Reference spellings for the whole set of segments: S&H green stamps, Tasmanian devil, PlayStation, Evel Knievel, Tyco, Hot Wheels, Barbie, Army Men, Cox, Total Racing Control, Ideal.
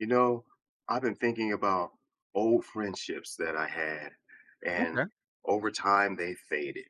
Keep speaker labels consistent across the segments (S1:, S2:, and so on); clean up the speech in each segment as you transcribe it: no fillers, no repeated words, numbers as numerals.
S1: You know, I've been thinking about old friendships that I had, and
S2: Okay.
S1: over time they faded.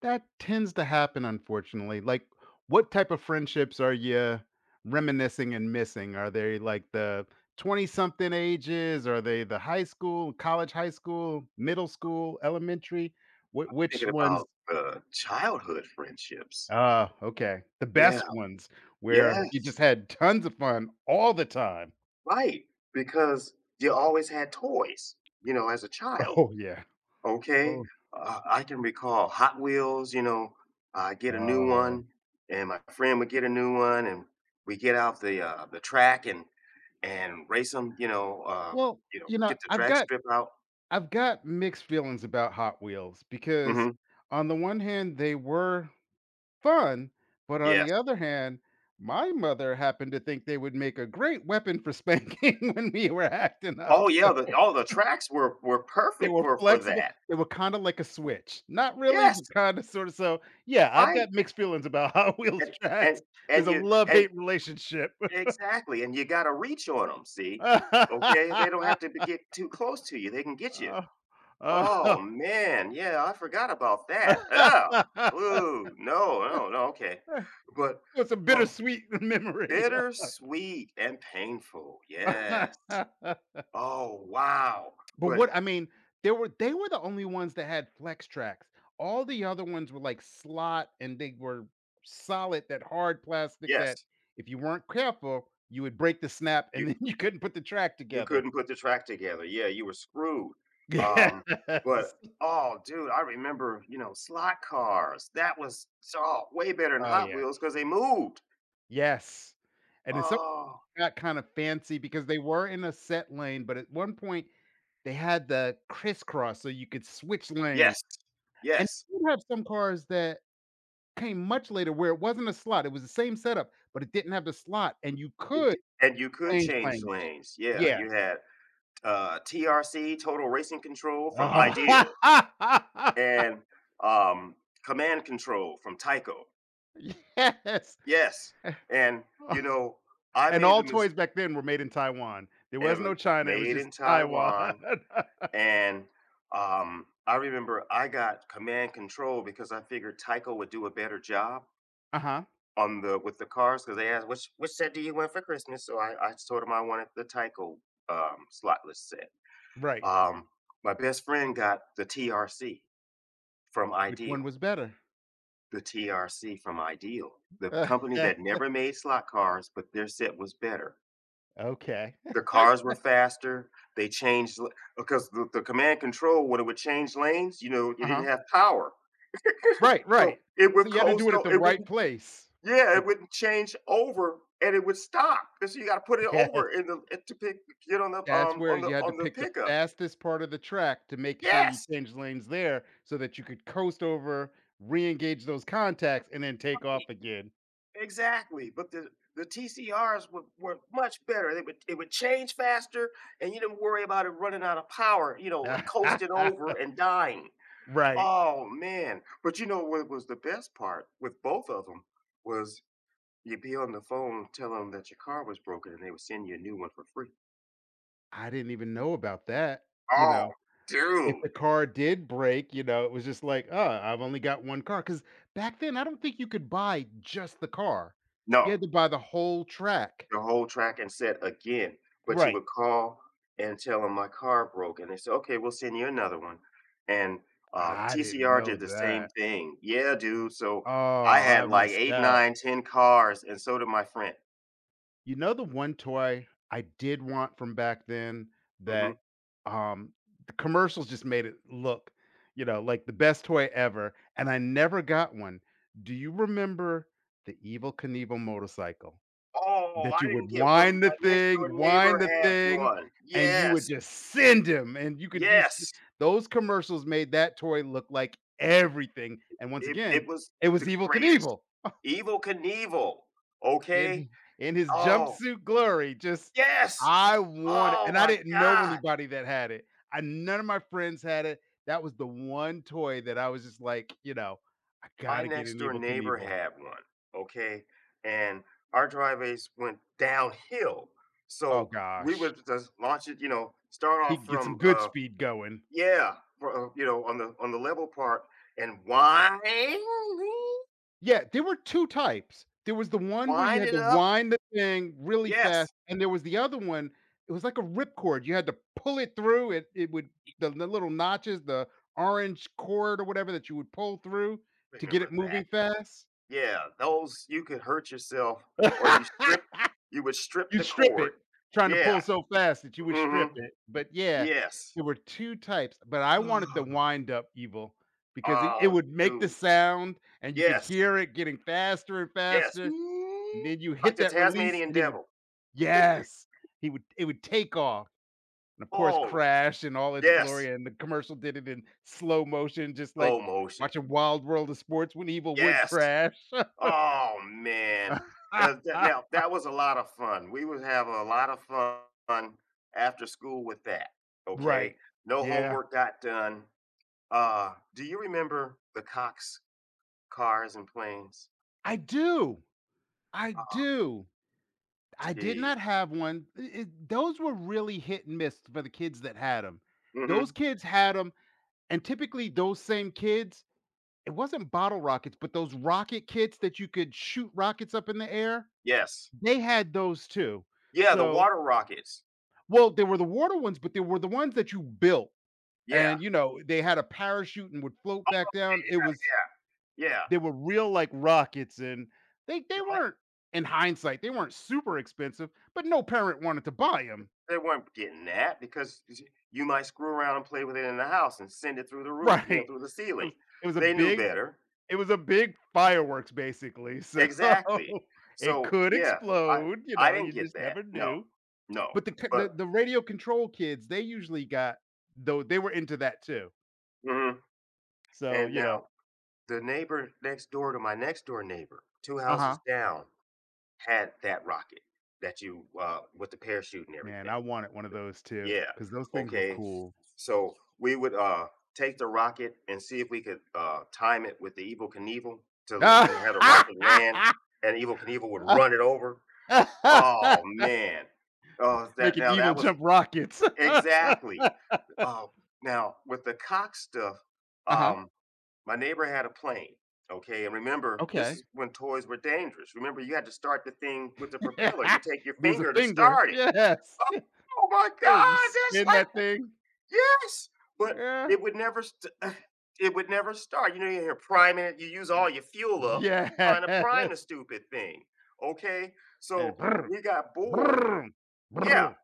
S2: That tends to happen, unfortunately. Like, what type of friendships are you reminiscing and missing? Are they like the 20 something ages? Are they the high school, college, high school, middle school, elementary?
S1: Thinking
S2: Which ones?
S1: about childhood friendships.
S2: Ah, okay. The
S1: Yeah,
S2: best ones where you
S1: yes,
S2: just had tons of fun all the time.
S1: right. Because you always had toys, as a child.
S2: Oh, yeah.
S1: Okay.
S2: Oh,
S1: I can recall Hot Wheels, I get a new
S2: uh,
S1: one, and my friend would get a new one, and we get out the the track and race them,
S2: well, you know,
S1: get the
S2: I've
S1: drag
S2: got.
S1: strip out.
S2: I've got mixed feelings about Hot Wheels because
S1: Mhm.
S2: on the one hand, they were fun, but on the
S1: Yes.
S2: other hand, my mother happened to think they would make a great weapon for spanking when we were acting up,
S1: Oh, yeah, the
S2: so
S1: all the tracks were
S2: they
S1: perfect
S2: were
S1: for
S2: flexible,
S1: that.
S2: they were kinda like a switch. Not really,
S1: Yes,
S2: but kinda sorta so, yeah, I've got
S1: right,
S2: mixed feelings about Hot Wheels
S1: and and
S2: tracks.
S1: and
S2: There's a
S1: you and
S2: love-hate relationship.
S1: exactly, and you got to reach on them. See? Okay, they don't have to be get too close to you, they can get you.
S2: Oh, oh.
S1: Oh, man, yeah, I forgot about that. Ah. Ooh, no, no, no, okay. But,
S2: It's a
S1: well,
S2: bittersweet memory.
S1: bittersweet and painful, yes. Oh, wow,
S2: But
S1: but
S2: what I mean, there were they were the only ones that had flex tracks. All the other ones were like slot and they were solid, that hard plastic that
S1: yes.
S2: if you weren't careful, you would break the snap and
S1: you
S2: then you couldn't put the track
S1: You
S2: together.
S1: couldn't put the track together. Yeah, you were screwed. Um,
S2: Yes.
S1: but oh, dude, I remember, slot cars. That was so way better than
S2: Oh
S1: Hot
S2: yeah.
S1: Wheels because they moved.
S2: Yes. And then something
S1: Oh,
S2: got kind of fancy because they were in a set lane, but at one point they had the crisscross so you could switch lane.
S1: yes,
S2: And
S1: yes.
S2: you have some cars that came much later where it wasn't a slot, it was the same setup, but it didn't have the slot, and you
S1: It,
S2: could
S1: d- and you could
S2: change
S1: change
S2: lanes.
S1: lanes. Yeah,
S2: Yeah.
S1: you had TRC, Total Racing Control from Ideal,
S2: Ah.
S1: and um, Command Control from Tyco.
S2: Yes.
S1: Yes, and you
S2: Ah.
S1: know, I
S2: And
S1: made
S2: all
S1: the
S2: toys back then were made in Taiwan. There was no
S1: mistake.
S2: China, it was
S1: Made
S2: just
S1: in
S2: Taiwan.
S1: Taiwan. And I remember I got command control because I figured Tyco would do a better job
S2: Uh-huh.
S1: on the with the cars because they asked which set do you want for Christmas. So I told them I wanted the Tyco slotless set.
S2: Right.
S1: Um, my best friend got the TRC from
S2: Which one
S1: Ideal,
S2: was better?
S1: the TRC from Ideal, the
S2: Uh,
S1: company
S2: eh,
S1: that never made slot cars, but their set was better.
S2: Okay.
S1: The cars were faster. They changed l- because the command control, when it would change lanes, it didn't
S2: Uh-huh.
S1: have power.
S2: Right,
S1: So
S2: right.
S1: it
S2: So
S1: would
S2: you had to
S1: coast
S2: do it at
S1: o
S2: the
S1: it
S2: right
S1: wouldn't,
S2: place.
S1: yeah,
S2: Like
S1: it wouldn't change over and it would stop, 'cause you gotta put it
S2: yes.
S1: over to pick get on the,
S2: That's
S1: um,
S2: where
S1: on the
S2: you had to
S1: on the
S2: pick the
S1: pickup.
S2: fastest part of the track to make sure you
S1: Yes,
S2: change lanes there so that you could coast over, re-engage those contacts, and then take
S1: right,
S2: off again.
S1: exactly, but the TCRs were much better, they would it would change faster, and you didn't worry about it running out of power, coasting over and dying.
S2: Right.
S1: Oh, man, but you know what was the best part with both of them was you'd be on the phone telling 'em that your car was broken, and they would send you a new one for free.
S2: I didn't even know about that, you
S1: Oh,
S2: know? If
S1: dude.
S2: the car did break, you know, it was just like, "Oh, I've only got 1 car." Because back then, I don't think you could buy just the car. You
S1: No,
S2: had to buy the whole track.
S1: the whole track and set again, but you
S2: Right.
S1: would call and tell them my car broke, and they said, "Okay, we'll send you another one." And,
S2: I didn't
S1: TCR
S2: know
S1: did the same
S2: that.
S1: thing. Yeah, dude, so
S2: Oh,
S1: I
S2: I
S1: had like
S2: missed
S1: 8,
S2: out.
S1: nine, 10 cars, and so did my friend.
S2: You know the one toy I did want from back then that,
S1: Mhm.
S2: um, the commercials just made it look, you know, like the best toy ever, and I never got one. Do you remember the Evil Knievel motorcycle
S1: "Oh,
S2: that
S1: I
S2: you
S1: didn't
S2: would
S1: get one, my next-door neighbor
S2: wind the
S1: had
S2: thing,
S1: one."
S2: and you would
S1: Yes,
S2: just send him, and you could just
S1: yes,
S2: those commercials made that toy look like everything, and once
S1: it
S2: again,
S1: it was
S2: it
S1: the
S2: was Evil
S1: greatest.
S2: Knievel.
S1: Evel Knievel,
S2: In
S1: okay?
S2: he in his
S1: Oh.
S2: jumpsuit glory, just
S1: Yes!
S2: I wanted,
S1: Oh
S2: and I
S1: my
S2: didn't know
S1: God!
S2: anybody that had it. I None of my friends had it. That was the one toy that I was just like, you know, "I
S1: My
S2: gotta get
S1: next
S2: an
S1: door
S2: Evel
S1: neighbor
S2: Knievel."
S1: had one, okay, and our driveways went downhill,
S2: Oh
S1: so we
S2: gosh.
S1: would just launch it, start
S2: He
S1: off
S2: could get
S1: from,
S2: some good speed going.
S1: yeah, fro you know, on the level part and wind
S2: Yeah, there were 2 types. There was the one where you
S1: wind
S2: had
S1: it
S2: to
S1: up.
S2: wind the thing really fast,
S1: Yes,
S2: and there was the other one, it was like a ripcord, you had to pull it through, it would the little notches, the orange cord or whatever that you would pull through to get
S1: remember
S2: it
S1: that.
S2: moving fast.
S1: Yeah, those you could hurt yourself or you strip you would strip
S2: You
S1: the
S2: strip
S1: cord.
S2: it, trying to
S1: Yeah,
S2: pull so fast that you would strip
S1: mhm,
S2: it, but yeah,
S1: yes.
S2: there were 2 types, but I wanted the wind up evil because it
S1: Oh,
S2: would make the
S1: dude.
S2: sound, and you could
S1: Yes,
S2: hear it getting faster and
S1: yes.
S2: faster,
S1: Mm,
S2: and then you
S1: Like
S2: hit
S1: the
S2: that release
S1: Tasmanian
S2: and it would
S1: Devil.
S2: yes, he would it would take off. And of course,
S1: Oh,
S2: crash in all its
S1: yes.
S2: glory, and the commercial did it in slow motion, just like
S1: Slow motion.
S2: watching Wild World of Sports when Evil would
S1: Yes.
S2: crash.
S1: Oh, man. Uh, that, now, that was a lot of fun. We would have a lot of fun after school with that. Okay.
S2: Right.
S1: No
S2: Yeah.
S1: homework got done. Do you remember the Cox cars and planes?
S2: I do. I
S1: Oh,
S2: do. I did
S1: jeez.
S2: not have one. I Those were really hit and miss for the kids that had them.
S1: Hmm.
S2: Those kids had them, and typically those same kids it wasn't bottle rockets, but those rocket kits that you could shoot rockets up in the air,
S1: Yes.
S2: they had those too.
S1: Yeah, the
S2: So
S1: water rockets.
S2: well, there were the water ones, but there were the ones that you built.
S1: Yeah,
S2: And, you know, they had a parachute and would float back down. It was
S1: yeah, yeah.
S2: they were real like rockets and they
S1: Yeah,
S2: weren't in hindsight, they weren't super expensive, but no parent wanted to buy them.
S1: they weren't getting that because y you might screw around and play with it in the house and send it through the roof,
S2: Right.
S1: through the
S2: It
S1: ceiling.
S2: was it was a
S1: They knew
S2: big
S1: better.
S2: it was a big fireworks basically. So
S1: Exactly.
S2: it
S1: So,
S2: could
S1: yeah, I
S2: explode, you
S1: I
S2: know,
S1: didn't
S2: you
S1: get
S2: just never
S1: that. No.
S2: knew.
S1: No.
S2: But
S1: But
S2: the radio control kids, they usually got though they were into that too.
S1: mhm,
S2: So,
S1: and
S2: you
S1: now
S2: know
S1: the neighbor next door to my next door neighbor, 2 houses
S2: Uh-huh.
S1: down, had that rocket that you, with the parachute and
S2: Man,
S1: everything.
S2: I wanted one of those too
S1: Yeah.
S2: because those things were
S1: Okay.
S2: cool.
S1: So we would take the rocket and see if we could time it with the Evil Knievel to have the rocket land and Evil Knievel would run it over. Oh, man. Oh, that,
S2: Making
S1: now,
S2: evil
S1: that was
S2: jump rockets.
S1: exactly. Uh Now with the Cox stuff,
S2: Uh-huh.
S1: um my neighbor had a plane. Okay, and remember, this
S2: Okay.
S1: is when toys were dangerous. Remember, you had to start the thing with the propeller. You take your
S2: Lose a
S1: finger to
S2: finger.
S1: start it.
S2: Yes.
S1: Oh my
S2: Yeah, you
S1: God, that's
S2: spin
S1: like.
S2: that thing.
S1: Yes, but
S2: Yeah.
S1: it would never st it would never start. You know, you're priming it, you use all your fuel up trying to prime the
S2: Yes.
S1: stupid thing, okay?
S2: And
S1: So, we got bored.
S2: brr,
S1: Yeah,
S2: brr.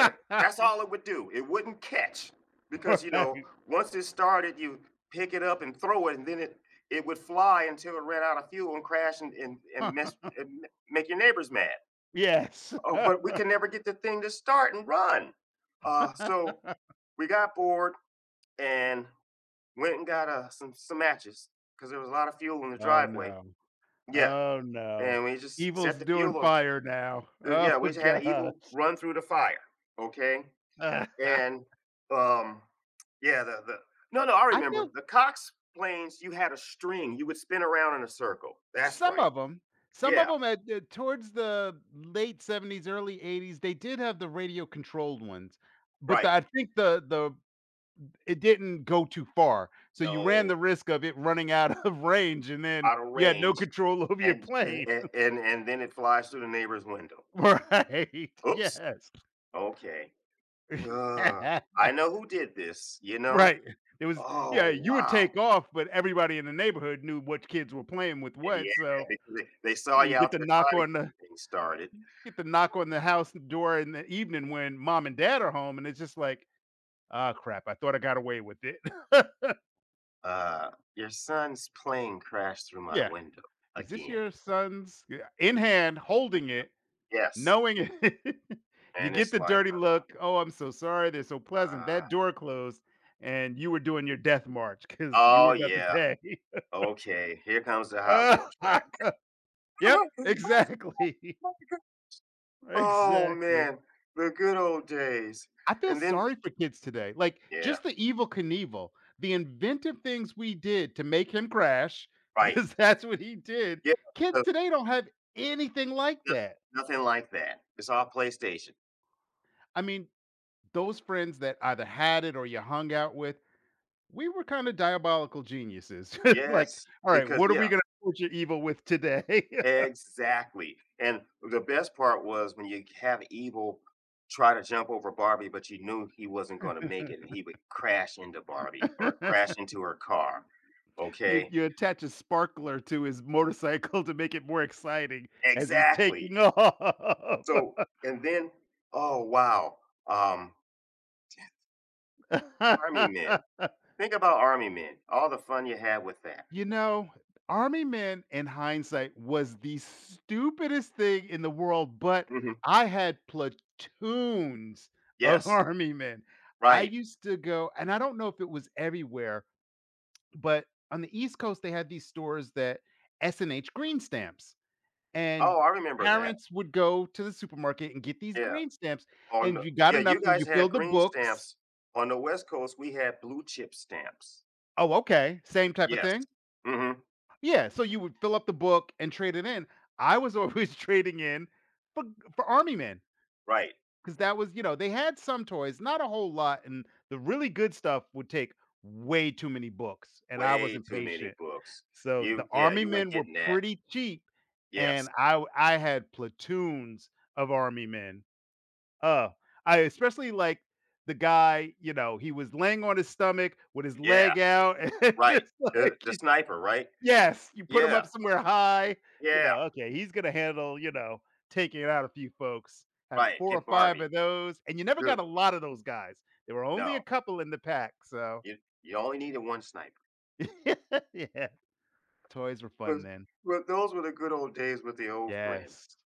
S1: uh, that's all it would do. It wouldn't catch because,
S2: Right.
S1: once it started, you pick it up and throw it, and then it would fly until it ran out of fuel and crash and mess and make your neighbors mad.
S2: Yes.
S1: Oh, but we can never get the thing to start and run. Uh, so we got bored and went and got, some matches because there was a lot of fuel in the
S2: Oh,
S1: driveway.
S2: no.
S1: Yeah,
S2: Oh, no.
S1: and we just set
S2: Evil's
S1: the
S2: doing
S1: fuel on
S2: fire now.
S1: f
S2: Oh,
S1: yeah, we just had
S2: god.
S1: Evil run through the fire, okay?
S2: I
S1: And, um, yeah, the no, no, I remember.
S2: feel
S1: The Cox planes, you had a string, you would spin around in a circle. That's
S2: some
S1: right.
S2: of them. Some of
S1: Yeah,
S2: them at the towards the late '70s, early '80s, they did have the radio-controlled ones, but the
S1: right.
S2: I think the it didn't go too far, so you ran
S1: No,
S2: the risk of it running out of range, and then
S1: out of
S2: you had no
S1: range,
S2: control over your
S1: and and
S2: plane.
S1: and and then it flies through the neighbor's window.
S2: Right.
S1: Oops.
S2: Yes.
S1: Okay. Ugh. I know who did this, you know?
S2: Right. It was
S1: Oh,
S2: yeah, you would
S1: wow.
S2: take off, but everybody in the neighborhood knew what kids were playing with
S1: And
S2: what,
S1: yeah,
S2: so
S1: because they saw
S2: you
S1: you out
S2: get the
S1: there
S2: knock
S1: trying to
S2: on
S1: get
S2: the
S1: the thing started.
S2: get the knock on the house door in the evening when mom and dad are home, and it's just like, "Ah, crap, I thought I got away with it."
S1: "Your son's plane crashed through my
S2: Yeah.
S1: window
S2: "Is this
S1: again."
S2: your son's?" Yeah, in hand, holding it,
S1: Yes,
S2: knowing it. You
S1: and
S2: get
S1: it's
S2: the
S1: like,
S2: dirty look, "Oh, I'm so sorry, they're so pleasant." That
S1: uh,
S2: door closed, and you were doing your death march because you were
S1: "Oh,
S2: about to
S1: yeah.
S2: pay.
S1: Okay, here comes the Hot
S2: Uh,
S1: Wheel track."
S2: Yep, exactly.
S1: Oh Oh,
S2: Exactly.
S1: man, the good old days.
S2: I feel
S1: And then.
S2: sorry for kids today. Like,
S1: Yeah,
S2: just the evil Knievel, the inventive things we did to make him crash,
S1: right.
S2: because that's what he did.
S1: Yeah,
S2: Kids
S1: because
S2: today don't have anything like
S1: no
S2: that.
S1: nothing like that. It's all PlayStation.
S2: I mean, those friends that either had it or you hung out with, we were kinda diabolical geniuses. Like,
S1: Yes,
S2: "Alright,
S1: because,
S2: what are
S1: yeah,
S2: we gonna torture evil with today?"
S1: exactly, and the best part was when you have Evil try to jump over Barbie, but you knew he wasn't gonna make it, and he would crash into Barbie or crash into her car,
S2: You
S1: okay?
S2: you attach a sparkler to his motorcycle to make it more exciting as he's
S1: Exactly.
S2: taking off.
S1: So and then oh, wow, um, Army Men. Think about Army Men, all the fun you had with that.
S2: You know, Army Men, in hindsight, was the stupidest thing in the world, but
S1: Mhm.
S2: I had platoons of
S1: Yes,
S2: Army Men. I
S1: right.
S2: used to go and I don't know if it was everywhere, but on the East Coast, they had these stores that S&H green stamps. And
S1: Oh, I remember that.
S2: parents would go to the supermarket and get these
S1: Yeah,
S2: green stamps,
S1: on
S2: and
S1: the
S2: you got
S1: yeah,
S2: enough
S1: you
S2: and
S1: guys
S2: you
S1: had
S2: filled the
S1: green
S2: books.
S1: stamps. On the West Coast, we had Blue Chip Stamps.
S2: Oh, okay, same type of
S1: Yes.
S2: thing?
S1: Mhm.
S2: Yeah, so you would fill up the book and trade it in. I was always trading in for for Army Men
S1: Right.
S2: because that was you know, they had some toys, not a whole lot, and the really good stuff would take way too many books, and I was
S1: Way too many
S2: impatient.
S1: books.
S2: So, the
S1: You Yeah,
S2: Army
S1: you weren't
S2: Men were
S1: getting that.
S2: pretty cheap,
S1: Yes.
S2: and I had platoons of Army Men. Oh, I especially like the guy, you know, he was laying on his stomach with his
S1: Yeah,
S2: leg out and
S1: right.
S2: just
S1: The
S2: like
S1: the
S2: y
S1: sniper, right?
S2: yes, you put him
S1: Yeah,
S2: up somewhere high, you
S1: yeah,
S2: know, okay, he's gonna handle, you know, taking out a few folks. Have
S1: right,
S2: 4
S1: get
S2: or 5
S1: Barbie.
S2: of those, and you never
S1: Good.
S2: got a lot of those guys. There were only a
S1: No,
S2: couple in the pack, so
S1: you only needed one sniper.
S2: yeah. Toys were
S1: But
S2: fun then.
S1: but those were the good old days with the old
S2: Yes.
S1: friends.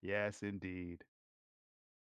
S2: Yes, indeed.